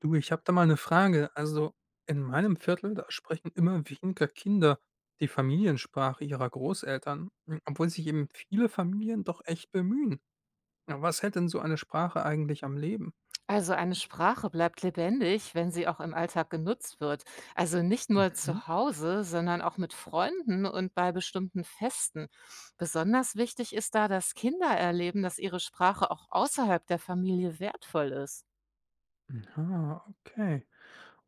Du, ich habe da mal eine Frage. Also, in meinem Viertel, da sprechen immer weniger Kinder die Familiensprache ihrer Großeltern, obwohl sich eben viele Familien doch echt bemühen. Ja, was hält denn so eine Sprache eigentlich am Leben? Also eine Sprache bleibt lebendig, wenn sie auch im Alltag genutzt wird. Also nicht nur Mhm. zu Hause, sondern auch mit Freunden und bei bestimmten Festen. Besonders wichtig ist da, dass Kinder erleben, dass ihre Sprache auch außerhalb der Familie wertvoll ist. Aha, okay.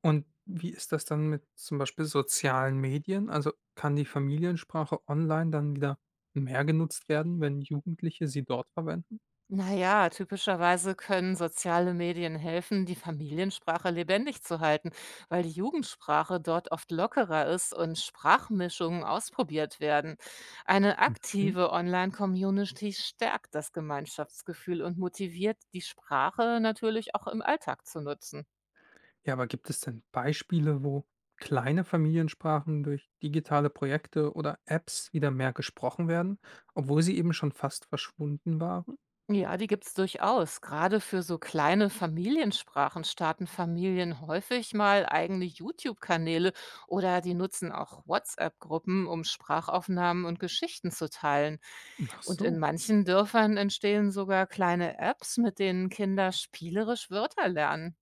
Und wie ist das dann mit zum Beispiel sozialen Medien? Also, kann die Familiensprache online dann wieder mehr genutzt werden, wenn Jugendliche sie dort verwenden? Na ja, typischerweise können soziale Medien helfen, die Familiensprache lebendig zu halten, weil die Jugendsprache dort oft lockerer ist und Sprachmischungen ausprobiert werden. Eine aktive Online-Community stärkt das Gemeinschaftsgefühl und motiviert, die Sprache natürlich auch im Alltag zu nutzen. Ja, aber gibt es denn Beispiele, wo kleine Familiensprachen durch digitale Projekte oder Apps wieder mehr gesprochen werden, obwohl sie eben schon fast verschwunden waren? Ja, die gibt's durchaus. Gerade für so kleine Familiensprachen starten Familien häufig mal eigene YouTube-Kanäle oder die nutzen auch WhatsApp-Gruppen, um Sprachaufnahmen und Geschichten zu teilen. Ach Und in so. manchen Dörfern entstehen sogar kleine Apps, mit denen Kinder spielerisch Wörter lernen.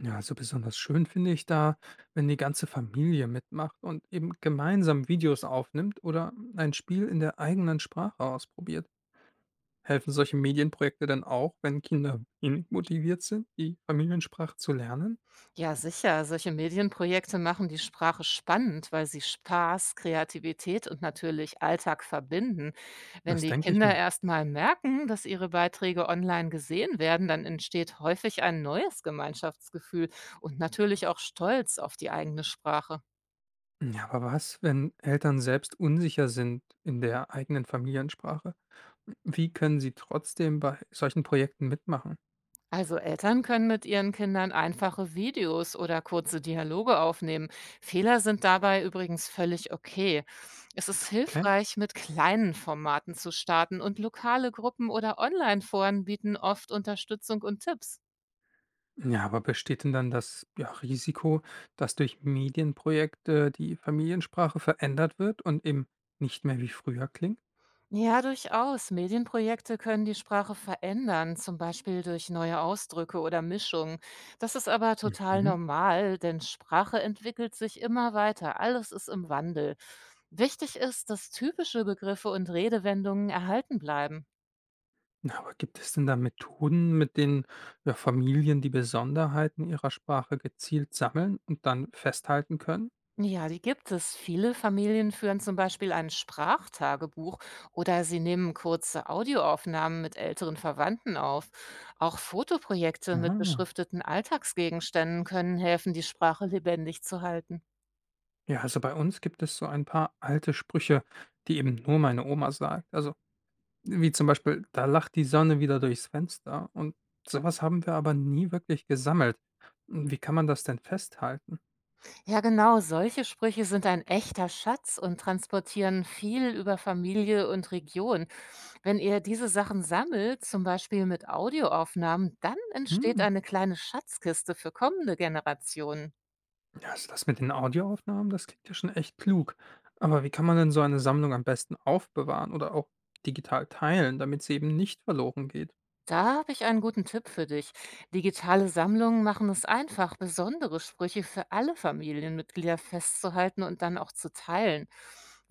Ja, also besonders schön finde ich da, wenn die ganze Familie mitmacht und eben gemeinsam Videos aufnimmt oder ein Spiel in der eigenen Sprache ausprobiert. Helfen solche Medienprojekte dann auch, wenn Kinder wenig motiviert sind, die Familiensprache zu lernen? Ja, sicher. Solche Medienprojekte machen die Sprache spannend, weil sie Spaß, Kreativität und natürlich Alltag verbinden. Wenn Das die denke ich Kinder mir. erst mal merken, dass ihre Beiträge online gesehen werden, dann entsteht häufig ein neues Gemeinschaftsgefühl und natürlich auch Stolz auf die eigene Sprache. Ja, aber was, wenn Eltern selbst unsicher sind in der eigenen Familiensprache? Wie können sie trotzdem bei solchen Projekten mitmachen? Also Eltern können mit ihren Kindern einfache Videos oder kurze Dialoge aufnehmen. Fehler sind dabei übrigens völlig okay. Es ist Okay. hilfreich, mit kleinen Formaten zu starten und lokale Gruppen oder Online-Foren bieten oft Unterstützung und Tipps. Ja, aber besteht denn dann das Risiko, dass durch Medienprojekte die Familiensprache verändert wird und eben nicht mehr wie früher klingt? Ja, durchaus. Medienprojekte können die Sprache verändern, zum Beispiel durch neue Ausdrücke oder Mischungen. Das ist aber total Mhm. normal, denn Sprache entwickelt sich immer weiter. Alles ist im Wandel. Wichtig ist, dass typische Begriffe und Redewendungen erhalten bleiben. Na, aber gibt es denn da Methoden, mit denen ja, Familien die Besonderheiten ihrer Sprache gezielt sammeln und dann festhalten können? Ja, die gibt es. Viele Familien führen zum Beispiel ein Sprachtagebuch oder sie nehmen kurze Audioaufnahmen mit älteren Verwandten auf. Auch Fotoprojekte mit Aha. beschrifteten Alltagsgegenständen können helfen, die Sprache lebendig zu halten. Ja, also bei uns gibt es so ein paar alte Sprüche, die eben nur meine Oma sagt. Also wie zum Beispiel, da lacht die Sonne wieder durchs Fenster. Und sowas haben wir aber nie wirklich gesammelt. Hm, wie kann man das denn festhalten? Ja, genau, solche Sprüche sind ein echter Schatz und transportieren viel über Familie und Region. Wenn ihr diese Sachen sammelt, zum Beispiel mit Audioaufnahmen, dann entsteht Hm. eine kleine Schatzkiste für kommende Generationen. Ja, also das mit den Audioaufnahmen, das klingt ja schon echt klug. Aber wie kann man denn so eine Sammlung am besten aufbewahren oder auch digital teilen, damit sie eben nicht verloren geht? Da habe ich einen guten Tipp für dich. Digitale Sammlungen machen es einfach, besondere Sprüche für alle Familienmitglieder festzuhalten und dann auch zu teilen.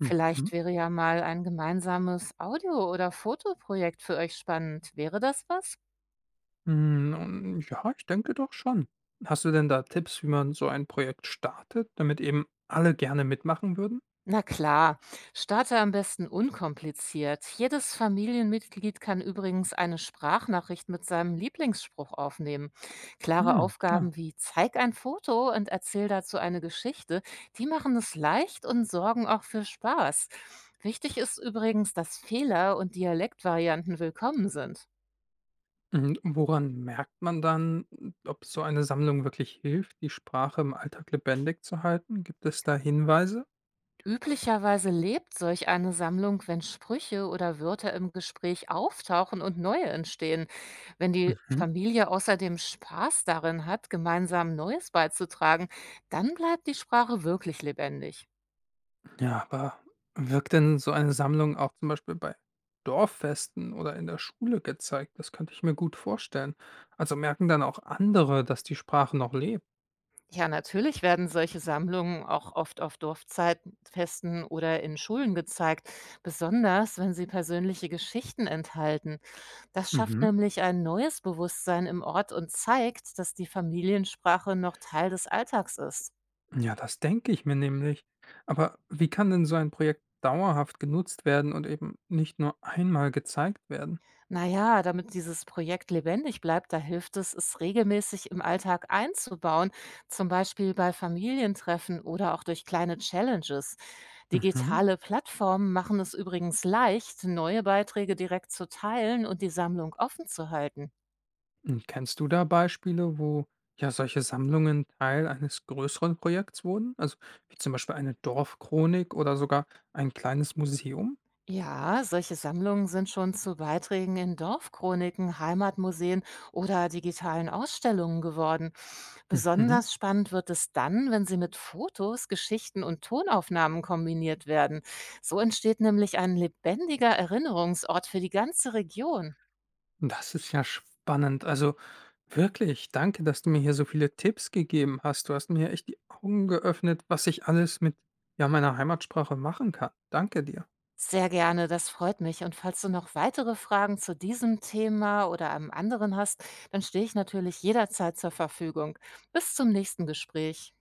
Mhm. wäre ja mal ein gemeinsames Audio- oder Fotoprojekt für euch spannend. Wäre das was? Hm, und ja, ich denke doch schon. Hast du denn da Tipps, wie man so ein Projekt startet, damit eben alle gerne mitmachen würden? Na klar, starte am besten unkompliziert. Jedes Familienmitglied kann übrigens eine Sprachnachricht mit seinem Lieblingsspruch aufnehmen. Klare Hm, klar. Aufgaben wie zeig ein Foto und erzähl dazu eine Geschichte, die machen es leicht und sorgen auch für Spaß. Wichtig ist übrigens, dass Fehler und Dialektvarianten willkommen sind. Und woran merkt man dann, ob so eine Sammlung wirklich hilft, die Sprache im Alltag lebendig zu halten? Gibt es da Hinweise? Üblicherweise lebt solch eine Sammlung, wenn Sprüche oder Wörter im Gespräch auftauchen und neue entstehen. Wenn die Mhm. Familie außerdem Spaß darin hat, gemeinsam Neues beizutragen, dann bleibt die Sprache wirklich lebendig. Ja, aber wirkt denn so eine Sammlung auch zum Beispiel bei Dorffesten oder in der Schule gezeigt? Das könnte ich mir gut vorstellen. Also merken dann auch andere, dass die Sprache noch lebt. Ja, natürlich werden solche Sammlungen auch oft auf Dorfzeitfesten oder in Schulen gezeigt, besonders wenn sie persönliche Geschichten enthalten. Das schafft Mhm. nämlich ein neues Bewusstsein im Ort und zeigt, dass die Familiensprache noch Teil des Alltags ist. Ja, das denke ich mir nämlich. Aber wie kann denn so ein Projekt dauerhaft genutzt werden und eben nicht nur einmal gezeigt werden? Naja, damit dieses Projekt lebendig bleibt, da hilft es, es regelmäßig im Alltag einzubauen, zum Beispiel bei Familientreffen oder auch durch kleine Challenges. Mhm. Digitale Plattformen machen es übrigens leicht, neue Beiträge direkt zu teilen und die Sammlung offen zu halten. Und kennst du da Beispiele, wo ja solche Sammlungen Teil eines größeren Projekts wurden? Also wie zum Beispiel eine Dorfchronik oder sogar ein kleines Museum? Ja, solche Sammlungen sind schon zu Beiträgen in Dorfchroniken, Heimatmuseen oder digitalen Ausstellungen geworden. Mhm. Besonders spannend wird es dann, wenn sie mit Fotos, Geschichten und Tonaufnahmen kombiniert werden. So entsteht nämlich ein lebendiger Erinnerungsort für die ganze Region. Das ist ja spannend. Also wirklich, danke, dass du mir hier so viele Tipps gegeben hast. Du hast mir echt die Augen geöffnet, was ich alles mit ja, meiner Heimatsprache machen kann. Danke dir. Sehr gerne, das freut mich. Und falls du noch weitere Fragen zu diesem Thema oder einem anderen hast, dann stehe ich natürlich jederzeit zur Verfügung. Bis zum nächsten Gespräch.